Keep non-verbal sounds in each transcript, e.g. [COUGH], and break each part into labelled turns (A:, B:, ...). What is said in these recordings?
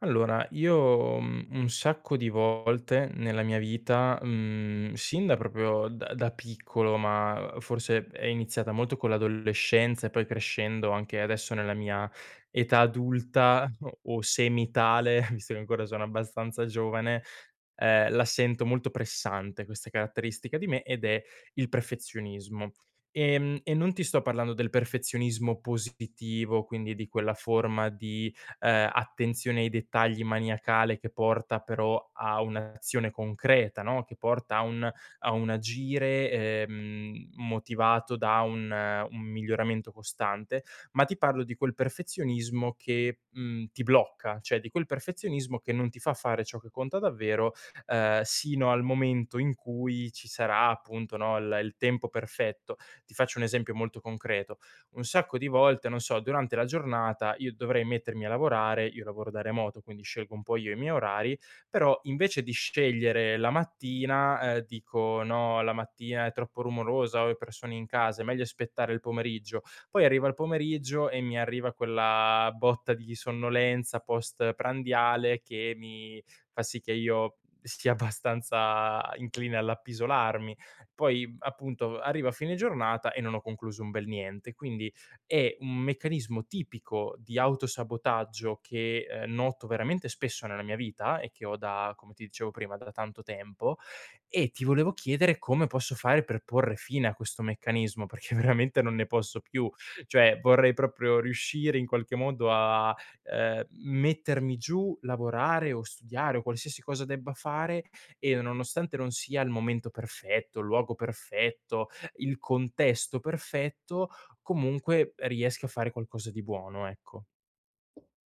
A: Allora, io, un sacco di volte nella mia vita, sin da proprio da piccolo, ma forse è iniziata molto con l'adolescenza e poi crescendo anche adesso nella mia età adulta [LAUGHS] o semitale, [LAUGHS] visto che ancora sono abbastanza giovane, la sento molto pressante questa caratteristica di me ed è il perfezionismo. E non ti sto parlando del perfezionismo positivo, quindi di quella forma di, attenzione ai dettagli maniacale che porta però a un'azione concreta, no, che porta a un agire, motivato da un miglioramento costante, ma ti parlo di quel perfezionismo che, ti blocca, cioè di quel perfezionismo che non ti fa fare ciò che conta davvero sino al momento in cui ci sarà appunto, no, il tempo perfetto. Ti faccio un esempio molto concreto: un sacco di volte, non so, durante la giornata io dovrei mettermi a lavorare, io lavoro da remoto, quindi scelgo un po' io i miei orari, però invece di scegliere la mattina, dico: "No, la mattina è troppo rumorosa, ho le persone in casa, è meglio aspettare il pomeriggio". Poi arriva il pomeriggio e mi arriva quella botta di sonnolenza post prandiale che mi fa sì che io sia abbastanza incline all'appisolarmi. Poi appunto arrivo a fine giornata e non ho concluso un bel niente. Quindi è un meccanismo tipico di autosabotaggio che, noto veramente spesso nella mia vita e che ho da come ti dicevo prima, da tanto tempo e ti volevo chiedere come posso fare per porre fine a questo meccanismo, perché [LAUGHS] veramente non ne posso più. Cioè vorrei proprio riuscire in qualche modo a mettermi giù, lavorare o studiare o qualsiasi cosa debba fare e nonostante non sia il momento perfetto, il luogo perfetto, il contesto perfetto, comunque riesca a fare qualcosa di buono, ecco.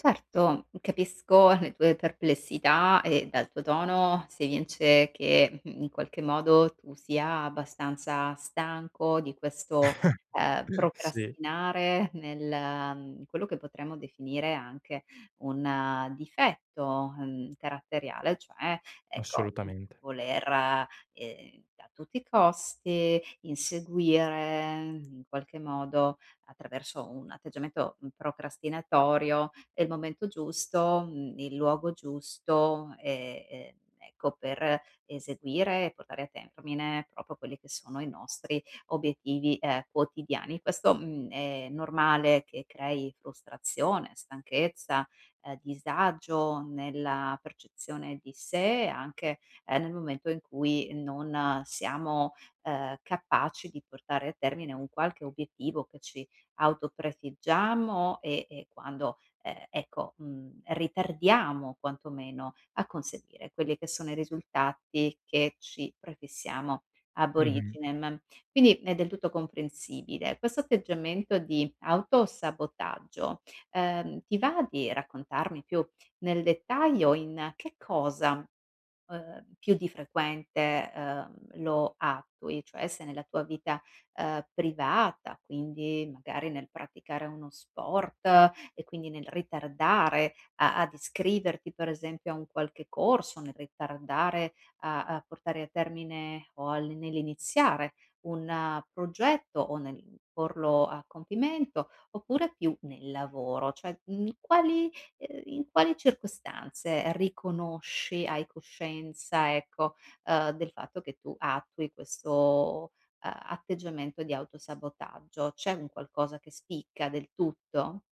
B: Certo, capisco le tue perplessità e dal tuo tono si evince che in qualche modo tu sia abbastanza stanco di questo
A: [LAUGHS] Sì,
B: procrastinare nel quello che potremmo definire anche un difetto caratteriale, cioè ecco,
A: assolutamente.
B: voler a tutti i costi inseguire in qualche modo attraverso un atteggiamento, procrastinatorio, è il momento giusto, il luogo giusto, ecco, per eseguire e portare a termine proprio quelli che sono i nostri obiettivi, quotidiani. Questo, è normale che crei frustrazione, stanchezza, disagio nella percezione di sé, anche, nel momento in cui non siamo, capaci di portare a termine un qualche obiettivo che ci autoprefiggiamo e quando, ecco, ritardiamo quantomeno a conseguire quelli che sono i risultati che ci prefissiamo ab
A: Mh-mh.
B: originem. Quindi è del tutto comprensibile. Questo atteggiamento di autosabotaggio, ti va di raccontarmi più nel dettaglio in che cosa più di frequente, lo attui, cioè se nella tua vita, privata, quindi magari nel praticare uno sport e quindi nel ritardare a ad iscriverti per esempio a un qualche corso, nel ritardare a portare a termine o al nell'iniziare un progetto o nel porlo a compimento, oppure più nel lavoro, cioè, quali in quali circostanze riconosci hai coscienza, ecco, del fatto che tu attui questo, atteggiamento di autosabotaggio? C'è un qualcosa che spicca del tutto?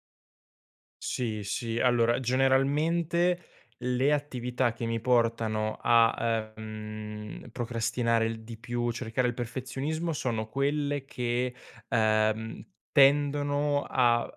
A: Sì, sì. Allora, generalmente le attività che mi portano a procrastinare il di più, cercare il perfezionismo, sono quelle che, ehm, tendono a,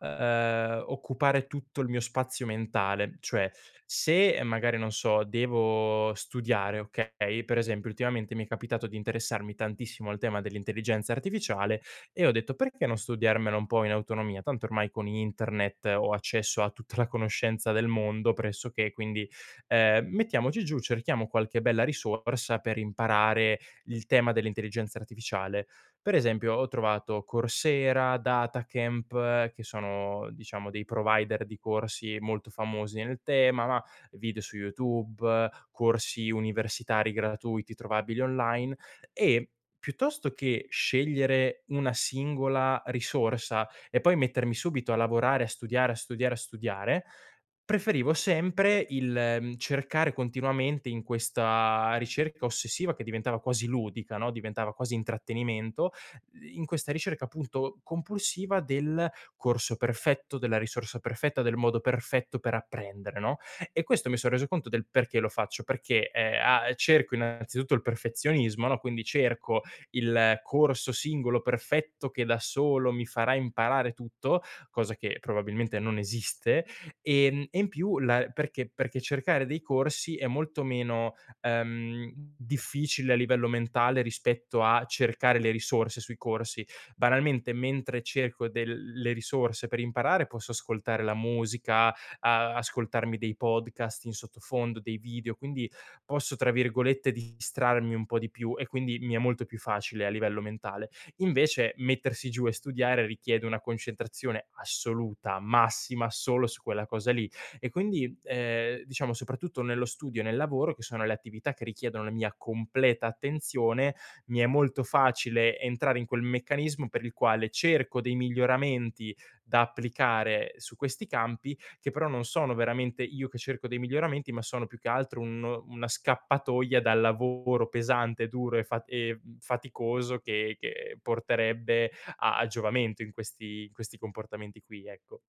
A: ehm, occupare tutto il mio spazio mentale. Cioè, se magari, non so, devo studiare, okay, per esempio ultimamente mi è capitato di interessarmi tantissimo al tema dell'intelligenza artificiale e ho detto: "Perché non studiarmela un po' in autonomia? Tanto ormai con internet ho accesso a tutta la conoscenza del mondo pressoché, quindi, mettiamoci giù, cerchiamo qualche bella risorsa per imparare il tema dell'intelligenza artificiale." Per esempio ho trovato Coursera, Datacamp, che sono diciamo dei provider di corsi molto famosi nel tema, ma video su YouTube, corsi universitari gratuiti trovabili online e piuttosto che scegliere una singola risorsa e poi mettermi subito a lavorare, a studiare, a studiare, a studiare, preferivo sempre il, cercare continuamente in questa ricerca ossessiva che diventava quasi ludica, no, diventava quasi intrattenimento, in questa ricerca appunto compulsiva del corso perfetto, della risorsa perfetta, del modo perfetto per apprendere, no, e questo mi son reso conto del perché lo faccio, perché, a cerco innanzitutto il perfezionismo, no, quindi cerco il corso singolo perfetto che da solo mi farà imparare tutto, cosa che probabilmente non esiste, e in più la perché perché cercare dei corsi è molto meno, ehm, difficile a livello mentale rispetto a cercare le risorse sui corsi. Banalmente mentre cerco del le risorse per imparare posso ascoltare la musica, a ascoltarmi dei podcast in sottofondo, dei video, quindi posso, tra virgolette, "distrarmi" un po' di più e quindi mi è molto più facile a livello mentale. Invece mettersi giù e studiare richiede una concentrazione assoluta, massima, solo su quella cosa lì e quindi, diciamo soprattutto nello studio e nel lavoro, che sono le attività che richiedono la mia completa attenzione, mi è molto facile entrare in quel meccanismo per il quale cerco dei miglioramenti da applicare su questi campi che però non sono veramente io che cerco dei miglioramenti, ma sono più che altro un una scappatoia dal lavoro pesante, duro e faticoso che porterebbe a giovamento in questi comportamenti qui, ecco.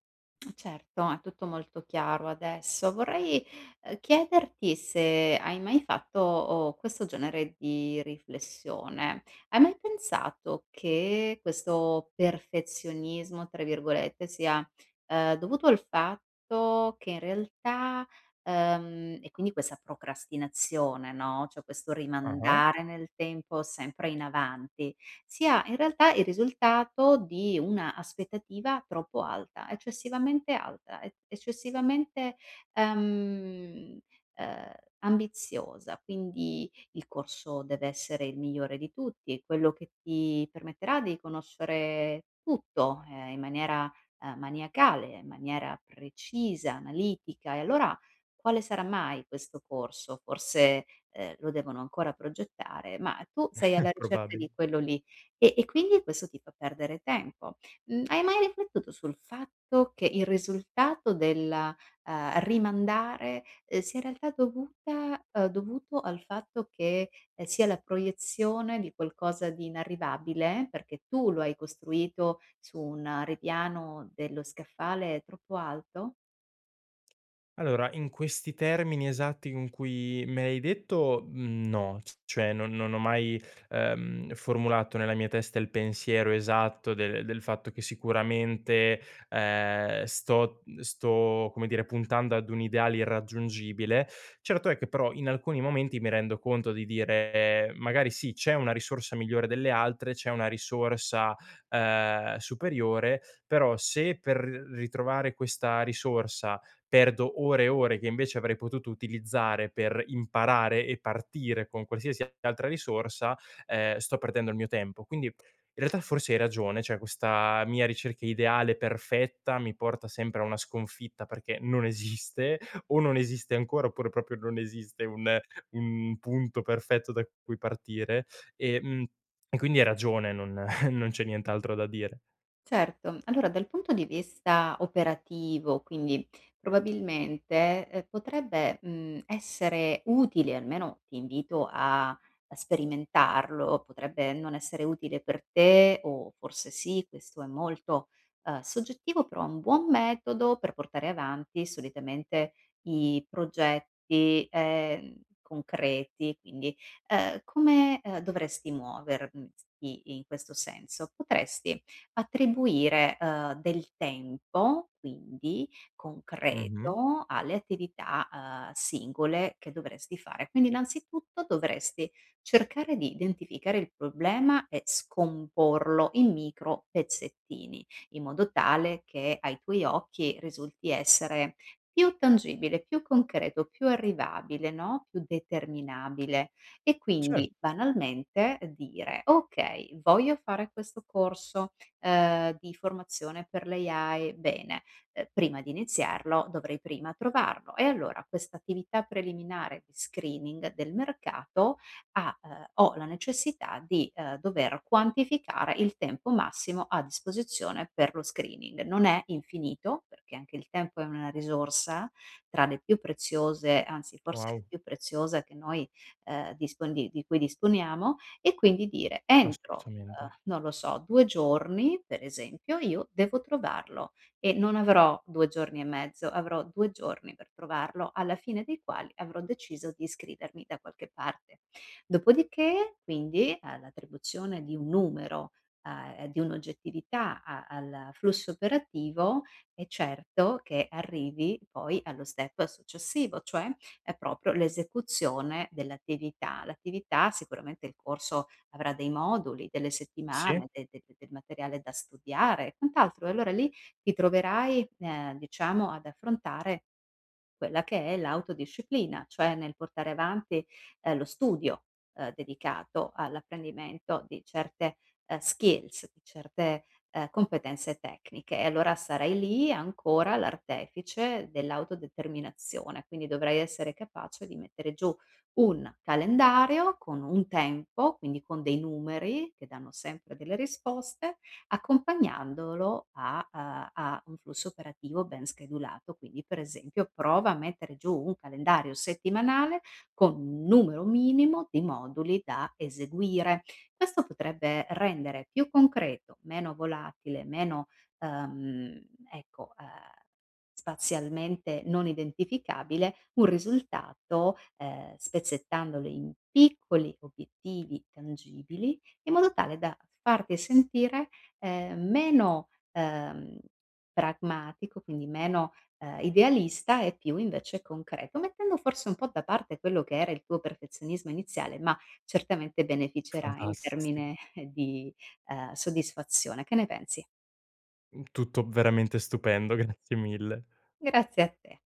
B: Certo, è tutto molto chiaro adesso. Vorrei, chiederti se hai mai fatto, o questo genere di riflessione: hai mai pensato che questo "perfezionismo", tra virgolette, sia, dovuto al fatto che in realtà e quindi questa procrastinazione, no, cioè questo
A: [LAUGHS] Ah-ah.
B: rimandare nel tempo sempre in avanti sia in realtà il risultato di una aspettativa troppo alta, eccessivamente alta, e eccessivamente, ehm, ehm, ambiziosa. Quindi il corso deve essere il migliore di tutti, quello che ti permetterà di conoscere tutto, in maniera, maniacale, in maniera precisa, analitica. E allora quale sarà mai questo corso? Forse, lo devono ancora progettare, ma tu sei alla ricerca
A: Probabile.
B: di quello lì. E quindi questo ti fa perdere tempo. Hai mai riflettuto sul fatto che il risultato della rimandare, sia in realtà dovuta dovuto al fatto che, sia la proiezione di qualcosa di inarrivabile, perché tu lo hai costruito su un ripiano dello scaffale troppo alto?
A: Allora, in questi termini esatti con cui me l'hai detto, no, c cioè non ho mai, formulato nella mia testa il pensiero esatto del fatto che sicuramente, come dire, puntando ad un ideale irraggiungibile. Certo è che però in alcuni momenti mi rendo conto di dire: magari sì, c'è una risorsa migliore delle altre, c'è una risorsa, superiore, però se per ritrovare questa risorsa perdo ore e ore che invece avrei potuto utilizzare per imparare e partire con qualsiasi altra risorsa, sto perdendo il mio tempo. Quindi in realtà forse hai ragione, cioè questa mia ricerca ideale perfetta mi porta sempre a una sconfitta perché non esiste, o non esiste ancora oppure proprio non esiste un punto perfetto da cui partire, e, mhmm, e quindi hai ragione, non [LAUGHS] non c'è nient'altro da dire.
B: Certo. Allora dal punto di vista operativo, quindi probabilmente, potrebbe, essere utile, almeno ti invito a sperimentarlo, potrebbe non essere utile per te o forse sì, questo è molto, soggettivo, però è un buon metodo per portare avanti solitamente i progetti, concreti. Quindi, come, dovresti muoverti in questo senso? Potresti attribuire, del tempo, quindi
A: Mh-mh.
B: concreto, alle attività, singole che dovresti fare. Quindi innanzitutto dovresti cercare di identificare il problema e scomporlo in micro pezzettini, in modo tale che ai tuoi occhi risulti essere più tangibile, più concreto, più arrivabile, no, più determinabile. E
A: Cer
B: quindi banalmente dire: "Okay, voglio fare questo corso, di formazione per l'AI, bene, prima di iniziarlo dovrei prima trovarlo e allora questa attività preliminare di screening del mercato ha ho la necessità di, dover quantificare il tempo massimo a disposizione per lo screening. Non è infinito, perché anche il tempo è una risorsa tra le più preziose, anzi forse la
A: wow,
B: più preziosa che noi, dispon di cui disponiamo, e quindi dire: entro,
A: assolutamente.
B: non lo so, due giorni, per esempio, io devo trovarlo e non avrò due giorni e mezzo, avrò due giorni per trovarlo, alla fine dei quali avrò deciso di iscrivermi da qualche parte. Dopodiché, quindi, l'attribuzione di un numero, di un'oggettività a al flusso operativo, è certo che arrivi poi allo step successivo, cioè è proprio l'esecuzione dell'attività. L'attività sicuramente il corso avrà dei moduli, delle
A: Sì.
B: settimane, del materiale da studiare e quant'altro, e allora lì ti troverai, diciamo ad affrontare quella che è l'autodisciplina, cioè nel portare avanti, lo studio, dedicato all'apprendimento di certe skills, di certe, competenze tecniche e allora sarai lì ancora l'artefice dell'autodeterminazione, quindi dovrai essere capace di mettere giù un calendario con un tempo, quindi con dei numeri che danno sempre delle risposte, accompagnandolo a a un flusso operativo ben schedulato. Quindi, per esempio, prova a mettere giù un calendario settimanale con un numero minimo di moduli da eseguire. Questo potrebbe rendere più concreto, meno volatile, meno, ehm, ecco, spazialmente non identificabile, un risultato, spezzettandolo in piccoli obiettivi tangibili, in modo tale da farti sentire, meno, pragmatico, quindi meno, idealista e più invece concreto, mettendo forse un po' da parte quello che era il tuo perfezionismo iniziale, ma certamente beneficerà in
A: Fantastico.
B: termine [LAUGHS] di, soddisfazione. Che ne pensi?
A: Tutto veramente stupendo, [LAUGHS] grazie mille.
B: Grazie a te.